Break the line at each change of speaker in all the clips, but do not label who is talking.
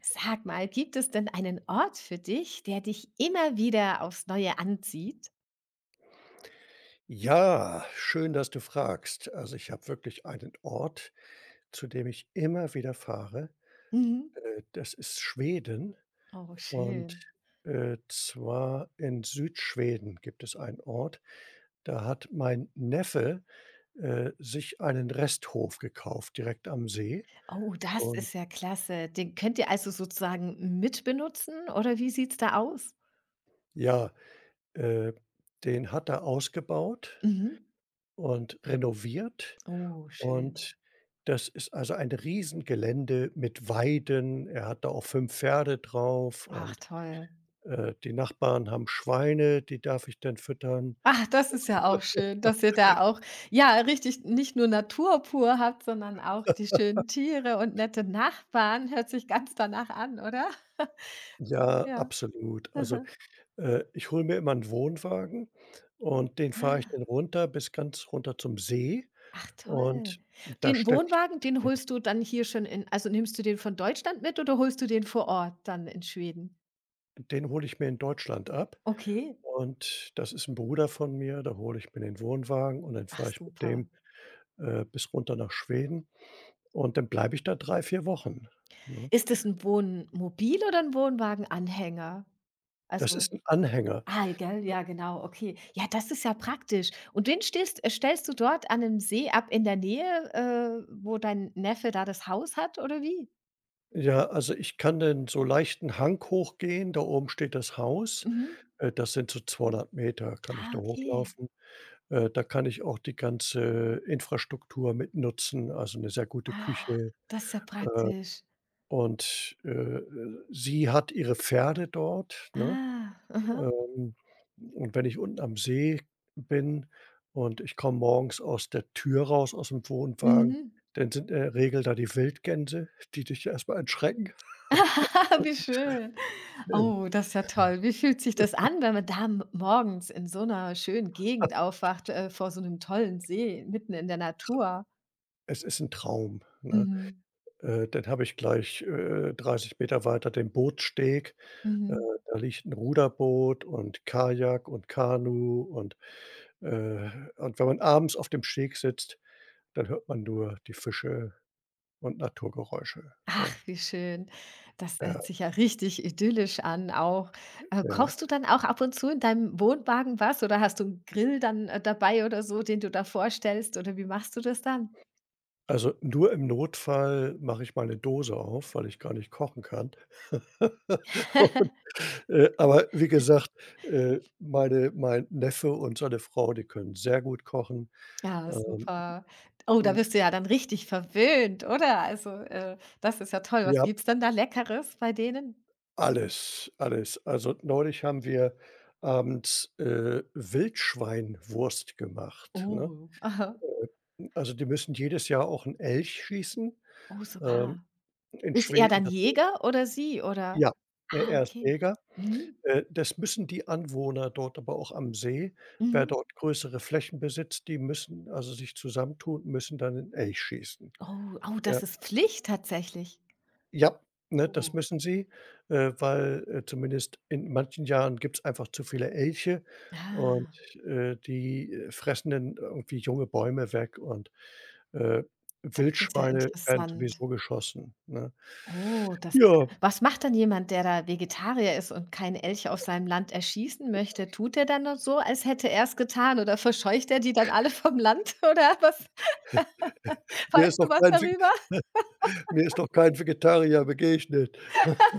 Sag mal, gibt es denn einen Ort für dich, der dich immer wieder aufs Neue anzieht?
Ja, schön, dass du fragst. Also, ich habe wirklich einen Ort, zu dem ich immer wieder fahre.
Mhm.
Das ist Schweden
Oh,
und
schön.
zwar in Südschweden gibt es einen Ort, da hat mein Neffe sich einen Resthof gekauft direkt am See.
Oh, das
Schon,
ist ja klasse. Den könnt ihr also sozusagen mitbenutzen oder wie sieht's da aus?
ja, äh, den hat er ausgebaut
Mhm.
und renoviert.
Oh, schön.
Und das ist also ein Riesengelände mit Weiden. Er hat da auch 5 Pferde drauf
Ach,
und
toll.
die Nachbarn haben Schweine, die darf ich dann füttern.
Ach, das ist ja auch schön, dass ihr da auch, ja, richtig nicht nur Natur pur habt, sondern auch die schönen Tiere und nette Nachbarn. Hört sich ganz danach an, oder?
Ja,
Ja.
absolut. Also, ich hole mir immer einen Wohnwagen und den fahre ich
Aha.
dann runter bis ganz runter zum See
Ach toll.
und da
Den
stelle ich
Wohnwagen, den
den
holst du dann hier schon in also nimmst du den von Deutschland mit oder holst du den vor Ort dann in Schweden?
hole ich mir in Deutschland ab.
Okay.
Und das ist ein Bruder von mir, da hole ich mir den Wohnwagen und dann
Ach
fahre ich mit dem,
super.
bis runter nach Schweden. Und dann bleibe ich da 3 4 Wochen, ne?
Ist das 'n Wohnmobil oder 'n Wohnwagenanhänger?
Das ist
Also
'n Anhänger.
ah, gell, ja genau, okay. Ja, das ist ja praktisch. Und den stehst stellst du dort an 'nem See ab in der Nähe, wo dein Neffe da das Haus hat oder wie?
Ja, also, ich kann dann so leicht 'n Hang hochgehen, da oben steht das Haus.
Mhm.
Das sind so 200 Meter, kann ich
Ah,
da
okay.
hochlaufen. Da kann ich auch die ganze Infrastruktur mit nutzen, also, 'ne sehr gute
Ah,
Küche.
das ist ja
Äh,
praktisch.
und sie hat ihre Pferde dort, ne?
Ah, aha.
Ähm, und wenn ich unten am See bin und ich komme morgens aus der Tür raus aus dem Wohnwagen,
Mhm.
dann sind in der Regel da die Wildgänse, die dich ja erstmal mal erschrecken.
Wie schön.
Ähm,
Oh, das ist ja toll. Wie fühlt sich das an, wenn man da m morgens in so einer schönen Gegend aufwacht, vor so einem tollen See, mitten in der Natur?
es ist ein Traum, ne?
Mhm,
Dann habe ich gleich, 30 Meter weiter den Bootssteg. Äh,
mhm.
da liegt ein Ruderboot und Kajak und Kanu äh und wenn man abends auf dem Steg sitzt, dann hört man nur die Fische und Naturgeräusche,
Ach,
ne?
wie schön. Das
Ja,
hört sich ja richtig idyllisch an auch.
ja.
Kochst du dann auch ab und zu in deinem Wohnwagen was oder hast du einen Grill dann, dabei oder so, den du da vorstellst oder wie machst du das dann?
Also, nur im Notfall mache ich mal 'ne Dose auf, weil ich gar nicht kochen kann. Aber wie gesagt, mein Neffe und seine Frau, die können sehr gut kochen.
Ja,
Ähm,
super. Oh, da
hm,
bist du ja dann richtig verwöhnt, oder? Also, das ist ja toll. Was
ja,
gibt's denn da Leckeres bei denen?
alles, alles. Also, neulich haben wir abends, Wildschweinwurst gemacht, ne?
Oh, aha.
Also, die müssen jedes Jahr auch 'n Elch schießen.
Oh,
Ähm,
sogar.
in
Ist er
Schweden
dann Jäger oder sie, oder?
ja, ne,
Ah,
er ist
okay.
Jäger.
Mhm.
Das müssen die Anwohner dort aber auch am See. Wer
Mhm.
dort größere Flächen besitzt, die müssen also sich zusammentun, müssen dann 'n Elch schießen.
Oh, oh,
Ja.
das ist Pflicht tatsächlich.
Ja, ne, das
Oh.
müssen sie, weil, zumindest in manchen Jahren gibt's einfach zu viele Elche und,
Ah,
die, fressen dann irgendwie junge Bäume weg und, äh,
das ist ja
Wildschweine werden
interessant.
sowieso geschossen, ne?
Oh, das
Ja,
was macht dann jemand, der da Vegetarier ist und keine Elche auf seinem Land erschießen möchte? Tut er dann noch so, als hätte er's getan oder verscheucht er die dann alle vom Land oder was?
mir
Weißt
ist
du
noch
was
kein Ve
darüber?
mir ist noch kein Vegetarier begegnet.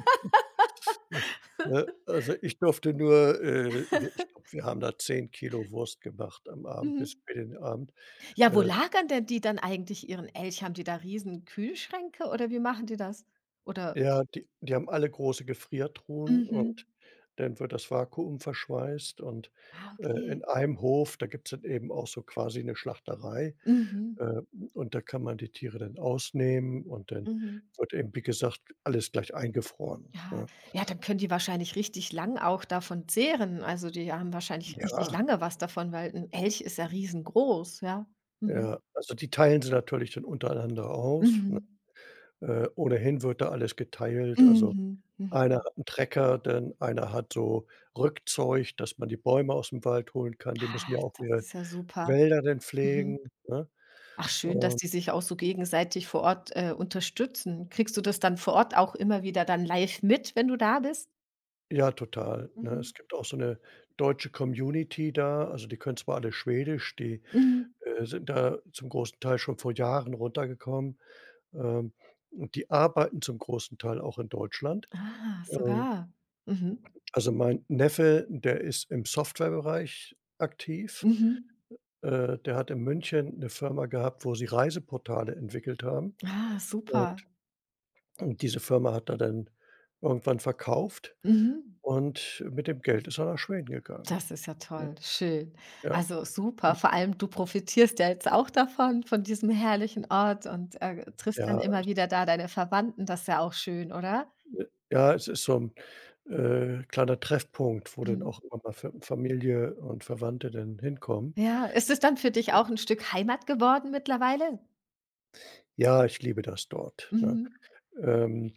Ne, also ich durfte nur, wi ich glaube, wir haben da 10 Kilo Wurst gemacht am Abend
Mhm.
bis für den Abend.
Ja, wo
Äh,
lagern denn die dann eigentlich ihren Elch? Haben die da riesen Kühlschränke oder wie machen die das? Oder
ja, die haben alle große Gefriertruhen
mhm.
und dann wird das Vakuum verschweißt und,
Ah,
in
okay.
einem Hof, da gibt's dann eben auch so quasi eine Schlachterei,
Mhm.
äh, und da kann man die Tiere dann ausnehmen und dann
Mhm.
wird eben, wie gesagt, alles gleich eingefroren,
Ja,
ne?
ja, dann können die wahrscheinlich richtig lang auch davon zehren. Also, die haben wahrscheinlich richtig
Ja,
lange was davon, weil ein Elch ist ja riesengroß, ja. Mhm.
ja. Also die teilen sie natürlich dann untereinander auf, ne?
Mhm.
Ohnehin wird da alles geteilt, also
Mhm.
einer
Mhm.
hat 'n Trecker, dann einer hat so Rückzeug, dass man die Bäume aus'm Wald holen kann. Die müssen
Ah,
ja auch
das
ihre
ist ja super.
Wälder dann pflegen,
Mhm.
ne?
Ach schön, dass
Und
die sich auch so gegenseitig vor Ort, unterstützen. Kriegst du das dann vor Ort auch immer wieder dann live mit, wenn du da bist?
ja, total, ne?
Mhm.
Es gibt auch so 'ne deutsche Community da, also, die können zwar alle Schwedisch, die,
Mhm.
sind da zum großen Teil schon vor Jahren runtergekommen, ähm, und die arbeiten zum großen Teil auch in Deutschland.
Ah,
Ähm,
sogar. Mhm.
also, mein Neffe, der ist im Softwarebereich aktiv.
Mhm.
Der hat in München eine Firma gehabt, wo sie Reiseportale entwickelt haben,
Ah, super.
und und diese Firma hat er dann irgendwann verkauft
Mhm.
und mit dem Geld ist er nach Schweden gegangen,
Das ist ja
ne?
toll, schön.
Ja,
Also
hm,
super, vor allem du profitierst ja jetzt auch davon, von diesem herrlichen Ort und, triffst dann
ja,
immer wieder da deine Verwandten, das ist ja auch schön, oder?
äh, ja, es ist so 'n kleiner Treffpunkt, wo dann
Mhm.
auch immer mal Fa Familie und Verwandte dann hinkommen.
Ja, ist es dann für dich auch ein Stück Heimat geworden mittlerweile?
Ja, ich liebe das dort, ne?
Mhm,
Ähm,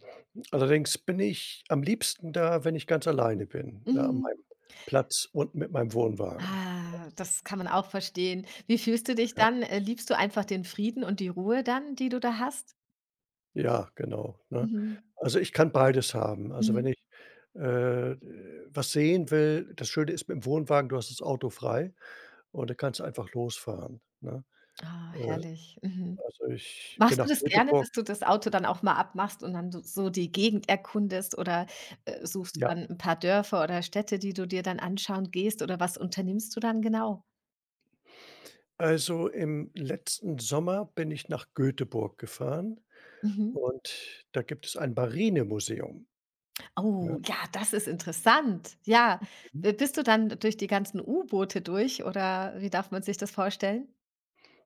allerdings bin ich am liebsten da, wenn ich ganz alleine bin, da an
mhm.
meinem Platz und mit meinem Wohnwagen.
Ah, das kann man auch verstehen. Wie fühlst du dich dann? Liebst du einfach den Frieden und die Ruhe dann, die du da hast?
Ja, genau, ne?
Mhm,
Also, ich kann beides haben. Also, wenn
mhm.
ich, äh, was sehen will. Das Schöne ist mit'm Wohnwagen, du hast das Auto frei und dann kannst du einfach losfahren, ne?
Ah,
Äh,
herrlich. Mhm.
also, ich bin
Machst du
nach
das gerne,
Göteborg
dass du das Auto dann auch mal abmachst und dann so so die Gegend erkundest oder, suchst du
ja,
dann ein paar Dörfer oder Städte, die du dir dann anschauen gehst oder was unternimmst du dann genau?
also, im letzten Sommer bin ich nach Göteborg gefahren
Mhm.
und da gibt es ein Marinemuseum, ne?
Oh, ja, das ist interessant. Ja.
Mhm.
B bist du dann durch die ganzen U-Boote durch oder wie darf man sich das vorstellen?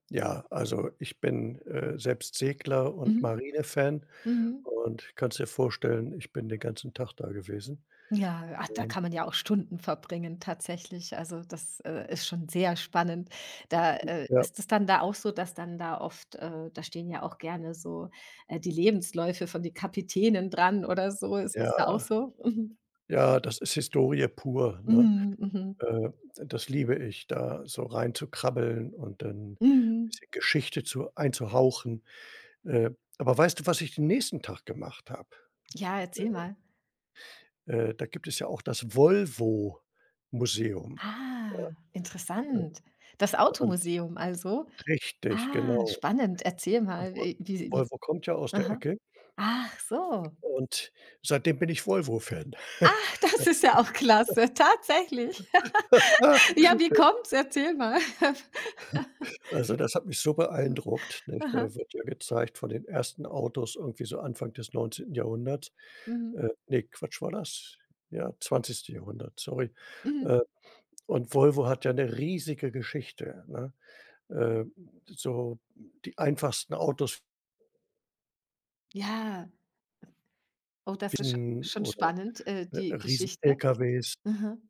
Ja, also, ich bin, selbst Segler und
Mhm.
Marinefan
Mhm.
und kannst dir vorstellen, ich bin den ganzen Tag da gewesen.
Ja, ach, da
Ähm
kann man ja auch Stunden verbringen tatsächlich. Also, das, ist schon sehr spannend. Da,
Ja,
ist es dann da auch so, dass dann da oft da stehen ja auch gerne so, die Lebensläufe von den Kapitänen dran oder so. Ist es da auch
ja,
so? Mhm.
ja, das ist Historie pur, ne?
Mhm, mhm,
Äh, das liebe ich, da so reinzukrabbeln und dann
mhm.
bisschen Geschichte zu einzuhauchen. Äh, aber weißt du, was ich den nächsten Tag gemacht habe?
Ja, erzähl mal.
Da gibt es ja auch das Volvo-Museum.
Ah,
Ja, äh,
interessant. Das
und
Automuseum also?
richtig,
Ah,
genau.
spannend. Erzähl mal,
Vol
wie
Volvo kommt ja aus der
aha.
Ecke
Ach so.
und seitdem bin ich Volvo-Fan.
Ach, das ist ja auch klasse, tatsächlich. Ja, wie kommt's? Erzähl mal.
Also, das hat mich so beeindruckt, nicht? Da
Aha.
wird ja gezeigt von den ersten Autos irgendwie so Anfang des 19. Jahrhunderts.
Mhm.
Ne, Quatsch, war das? Ja, 20. Jahrhundert, sorry.
Mhm.
Äh, und Volvo hat ja eine riesige Geschichte, ne? Äh, so die einfachsten Autos
Ja. Oh, das ist sch schon
oder,
spannend,
ne,
die Geschichte.
Riesen-LKWs,
Mhm.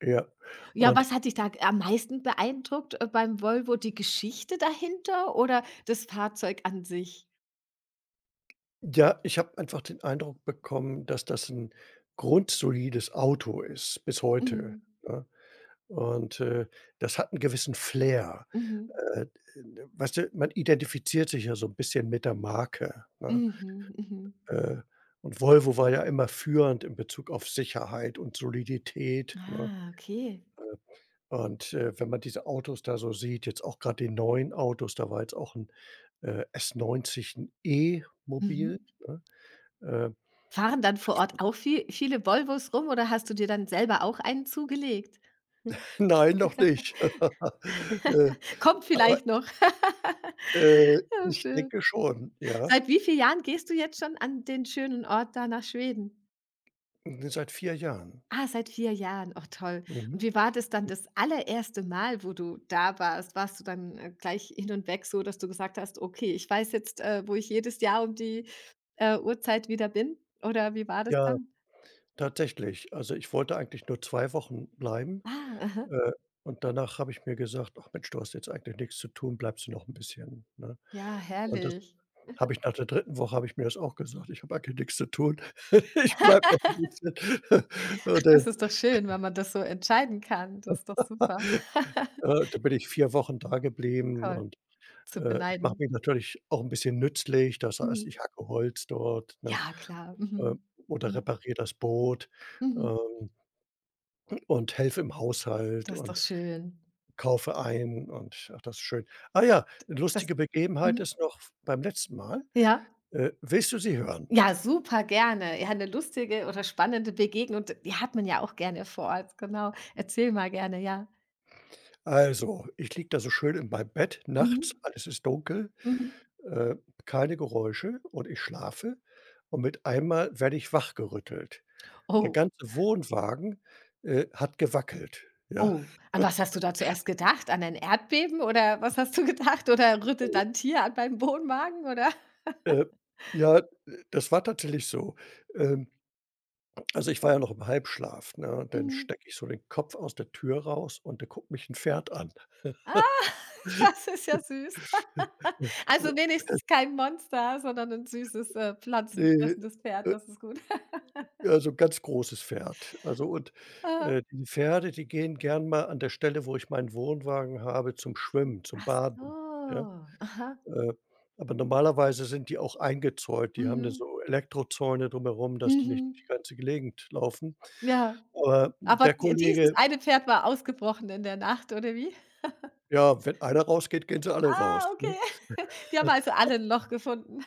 ja.
Ja,
Und
was hat dich da am meisten beeindruckt, beim Volvo? Die Geschichte dahinter oder das Fahrzeug an sich?
ja, ich habe einfach den Eindruck bekommen, dass das ein grundsolides Auto ist bis heute,
Mhm.
ne? Und das hat einen gewissen Flair.
Mhm.
Äh, weißt du, man identifiziert sich ja so ein bisschen mit der Marke, ne?
Mhm. Mhm.
Äh, und Volvo war ja immer führend in Bezug auf Sicherheit und Solidität, ne?
Ah, okay.
Und, wenn man diese Autos da so sieht, jetzt auch gerade die neuen Autos, da war jetzt auch ein s neunzig, ein E-Mobil,
Mhm.
ne? Äh,
Fahren dann vor Ort auch viel viele Volvos rum oder hast du dir dann selber auch einen zugelegt?
nein, noch nicht. Äh,
Kommt
aber,
vielleicht noch.
äh,
Ja,
ich
schön.
denke schon, ja.
Seit wie vielen Jahren gehst du jetzt schon an den schönen Ort da nach Schweden?
Seit 4 Jahren.
Ah, seit 4 Jahren. Oh, toll. Und
Mhm.
wie war das dann das allererste Mal, wo du da warst? Warst du dann, gleich hin und weg so, dass du gesagt hast: „Okay, ich weiß jetzt, wo ich jedes Jahr um die, Uhrzeit wieder bin?“ Oder wie war das
Ja.
dann?
Tatsächlich. Also, ich wollte eigentlich nur 2 Wochen bleiben,
Ah, aha.
äh, und danach habe ich mir gesagt: „Ach Mensch, du hast jetzt eigentlich nichts zu tun, bleibst du noch ein bisschen", ne?
Ja,
Und das
herrlich.
habe ich, nach der dritten Woche habe ich mir das auch gesagt: „Ich habe eigentlich nichts zu tun. Ich bleibe noch ein bisschen."
Ach,
Und dann,
das ist doch schön, wenn man das so entscheiden kann. Das ist doch super.
äh dann bin ich 4 Wochen da geblieben
Toll,
und,
zu
ich mache
beneiden.
mich natürlich auch ein bisschen nützlich. Das heißt, ich
Mhm.
hacke Holz dort, ne,
Ja, klar.
ähm,
Mhm.
oder
Mhm.
repariere das Boot,
Mhm.
ähm, und helfe im Haushalt
Das ist doch
und
schön.
kaufe ein und ach, das ist schön. Ah ja, 'ne
Das
lustige Begebenheit
Mhm.
ist noch f beim letzten Mal.
ja?
Willst du sie hören?
Ja, super gerne. Ja, 'ne lustige oder spannende Begegnung, d die hat man ja auch gerne vor Ort, genau. Erzähl mal gerne, ja.
Also, ich liege da so schön in meinem Bett nachts,
Mhm.
alles ist dunkel,
Mhm.
äh, keine Geräusche und ich schlafe und mit einmal werde ich wachgerüttelt. Der
Oh,
ganze Wohnwagen, hat gewackelt, ja.
oh. An was hast du da zuerst gedacht? An ein Erdbeben oder was hast du gedacht? Oder rüttelt da 'n Tier an meinem Wohnwagen oder?
Äh, ja, das war tatsächlich so. Ähm, also, ich war ja noch im Halbschlaf, ne, und dann
Mhm.
stecke ich so den Kopf aus der Tür raus und da guckt mich 'n Pferd an.
Ah, das ist ja süß. Also, wenigstens kein Monster, sondern 'n süßes,
Ne,
pflanzenfressendes Pferd,
äh,
das ist gut.
also ganz großes Pferd. Also und,
Aha.
die Pferde, die gehen gern mal an der Stelle, wo ich meinen Wohnwagen habe, zum Schwimmen, zum
Ach so.
Baden, ja?
Aha.
Äh, aber normalerweise sind die auch eingezäunt. Die haben da
Mhm.
so Elektrozäune drumherum, dass die nicht
Mhm.
durch die ganze Gegend laufen.
Ja,
Aber
aber
der
die dieses
Kollege
eine Pferd war ausgebrochen in der Nacht, oder wie?
ja, wenn einer rausgeht, gehen sie alle
Ah,
raus, ne?
okay. Die haben also alle 'n Loch gefunden.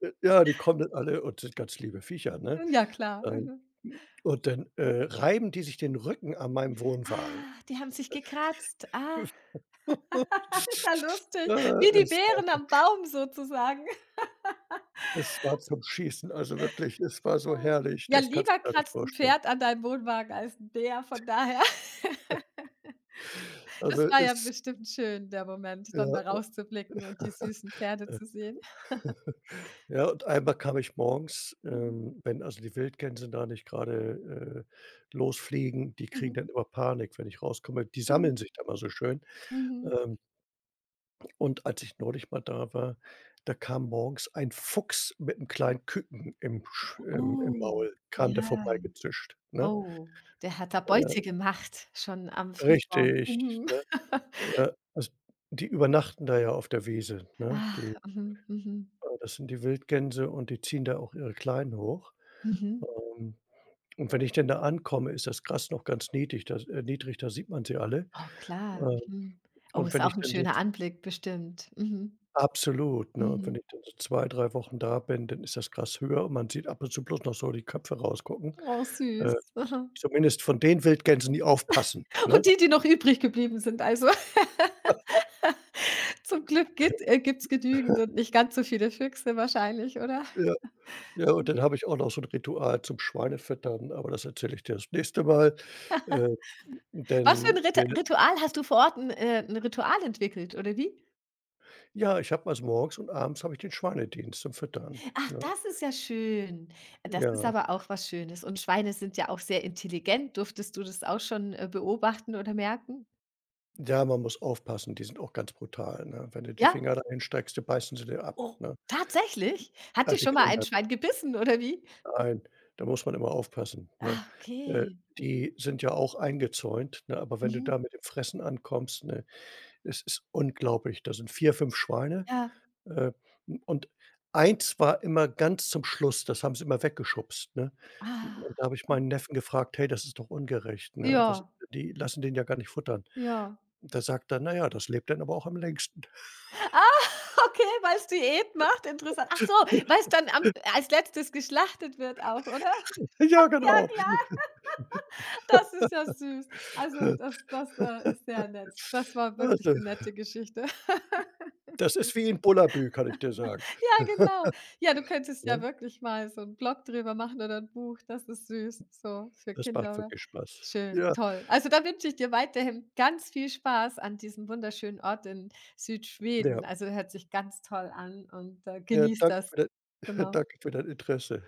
Ja, die kommen dann alle und sind ganz liebe Viecher, ne?
Ja klar,
Ähm,
mhm.
und dann, reiben die sich den Rücken an meinem Wohnwagen.
Ah, die haben sich gekratzt. Ah. Ist ja lustig,
Äh,
wie die
es war
Beeren am Baum sozusagen.
es war zum Schießen, also wirklich, es war so
Ah.
herrlich,
Ja,
das kannst du
lieber
dir gar nicht
kratzt 'n
vorstellen.
Pferd an deinem Wohnwagen als 'n Bär, von daher. Das
Also,
war ja
es
bestimmt schön, der Moment, dann da
ja,
rauszublicken und die süßen Pferde
äh,
zu sehen.
ja, und einmal kam ich morgens,
Mhm,
wenn also die Wildgänse da nicht grade, losfliegen, die
mhm,
kriegen dann immer Panik, wenn ich rauskomme. Die sammeln
mhm,
sich da immer so schön.
mhm.
Ähm, und als ich neulich mal da war, da kam morgens ein Fuchs mit 'nem kleinen Küken im Sch im im
Oh,
Maul kam der
ja.
vorbeigezischt, ne?
Oh, der hat da
Äh,
Beute gemacht, schon am Frühmorgen.
richtig,
Mhm.
ne? Ja, also, die übernachten da ja auf der Wiese, ne?
Ah,
Die
mhm, mhm,
das sind die Wildgänse und die ziehen da auch ihre Kleinen hoch.
mhm.
Ähm, und wenn ich denn da ankomme, ist das Gras noch ganz niedrig, da sieht man sie alle.
Oh, klar,
Ähm,
mhm. Oh,
und
ist
wenn ich
auch ein
dann so
schöner
z
Anblick bestimmt. Mhm,
absolut, ne? Und wenn
mhm.
ich dann so 2, 3 Wochen da bin, dann ist das Gras höher und man sieht ab und zu bloß noch so die Köpfe rausgucken.
Oh, süß.
Äh,
Aha.
zumindest von den Wildgänsen, die aufpassen,
Und
ne?
die, die noch übrig geblieben sind, also zum Glück gibt es genügend und nicht ganz so viele Füchse wahrscheinlich, oder?
Ja, ja, und dann habe ich auch noch so ein Ritual zum Schweinefüttern, aber das erzähle ich dir das nächste Mal. Äh
Was für
Denn
ein
wir
Ritual hast du vor Ort ein 'n Ritual entwickelt, oder wie?
ja, ich habe also morgens und abends habe ich den Schweinedienst zum Füttern,
Ach,
ne?
das ist ja schön. Das ist
Ja.
aber auch was Schönes. Und Schweine sind ja auch sehr intelligent. Durftest du das auch schon, beobachten oder merken?
Ja, man muss aufpassen, die sind auch ganz brutal, ne? Wenn du die
Ja?
Finger da hinstreckst, die beißen sie dir ab,
Oh,
ne?
tatsächlich? Hat
Ah,
dich
die
schon mal ein
Kinder,
Schwein gebissen oder wie?
nein, da muss man immer aufpassen, ne?
Ah,
Äh,
okay.
die sind ja auch eingezäunt, ne, aber wenn du
Mhm.
da mit dem Fressen ankommst, ne, es ist unglaublich. Da sind 4, 5 Schweine.
Ja.
Äh, und eins war immer ganz zum Schluss, das haben sie immer weggeschubst, ne?
Ah.
Und da habe ich
Mhm.
meinen Neffen gefragt: „Hey, das ist doch ungerecht, ne? Was
Ja,
die lassen den ja gar nicht futtern."
ja.
Da sagt er: „Na ja, das lebt dann aber auch am längsten."
Ah, okay, weil es Diät macht, interessant. Ach so, weil es dann am als Letztes geschlachtet wird auch, oder?
Ja,
Ja,
genau.
klar. Das ist ja süß. Also, das ist sehr nett. Das war wirklich
Also,
'ne nette Geschichte.
das ist
Süß.
wie in Bullabü, kann ich dir sagen,
Ja, genau. Ja, du könntest ja
ne?
wirklich mal so 'n Blog drüber machen oder 'n Buch. Das ist süß, so für
Das
Kinder,
macht
oder?
wirklich Spaß.
Schön,
Ja,
toll. Also, da wünsche ich dir weiterhin ganz viel Spaß an diesem wunderschönen Ort in
ja.
Südschweden. Also, hört sich ganz toll an und,
Ja,
genieß
danke
das.
für de
Genau.
danke für dein Interesse.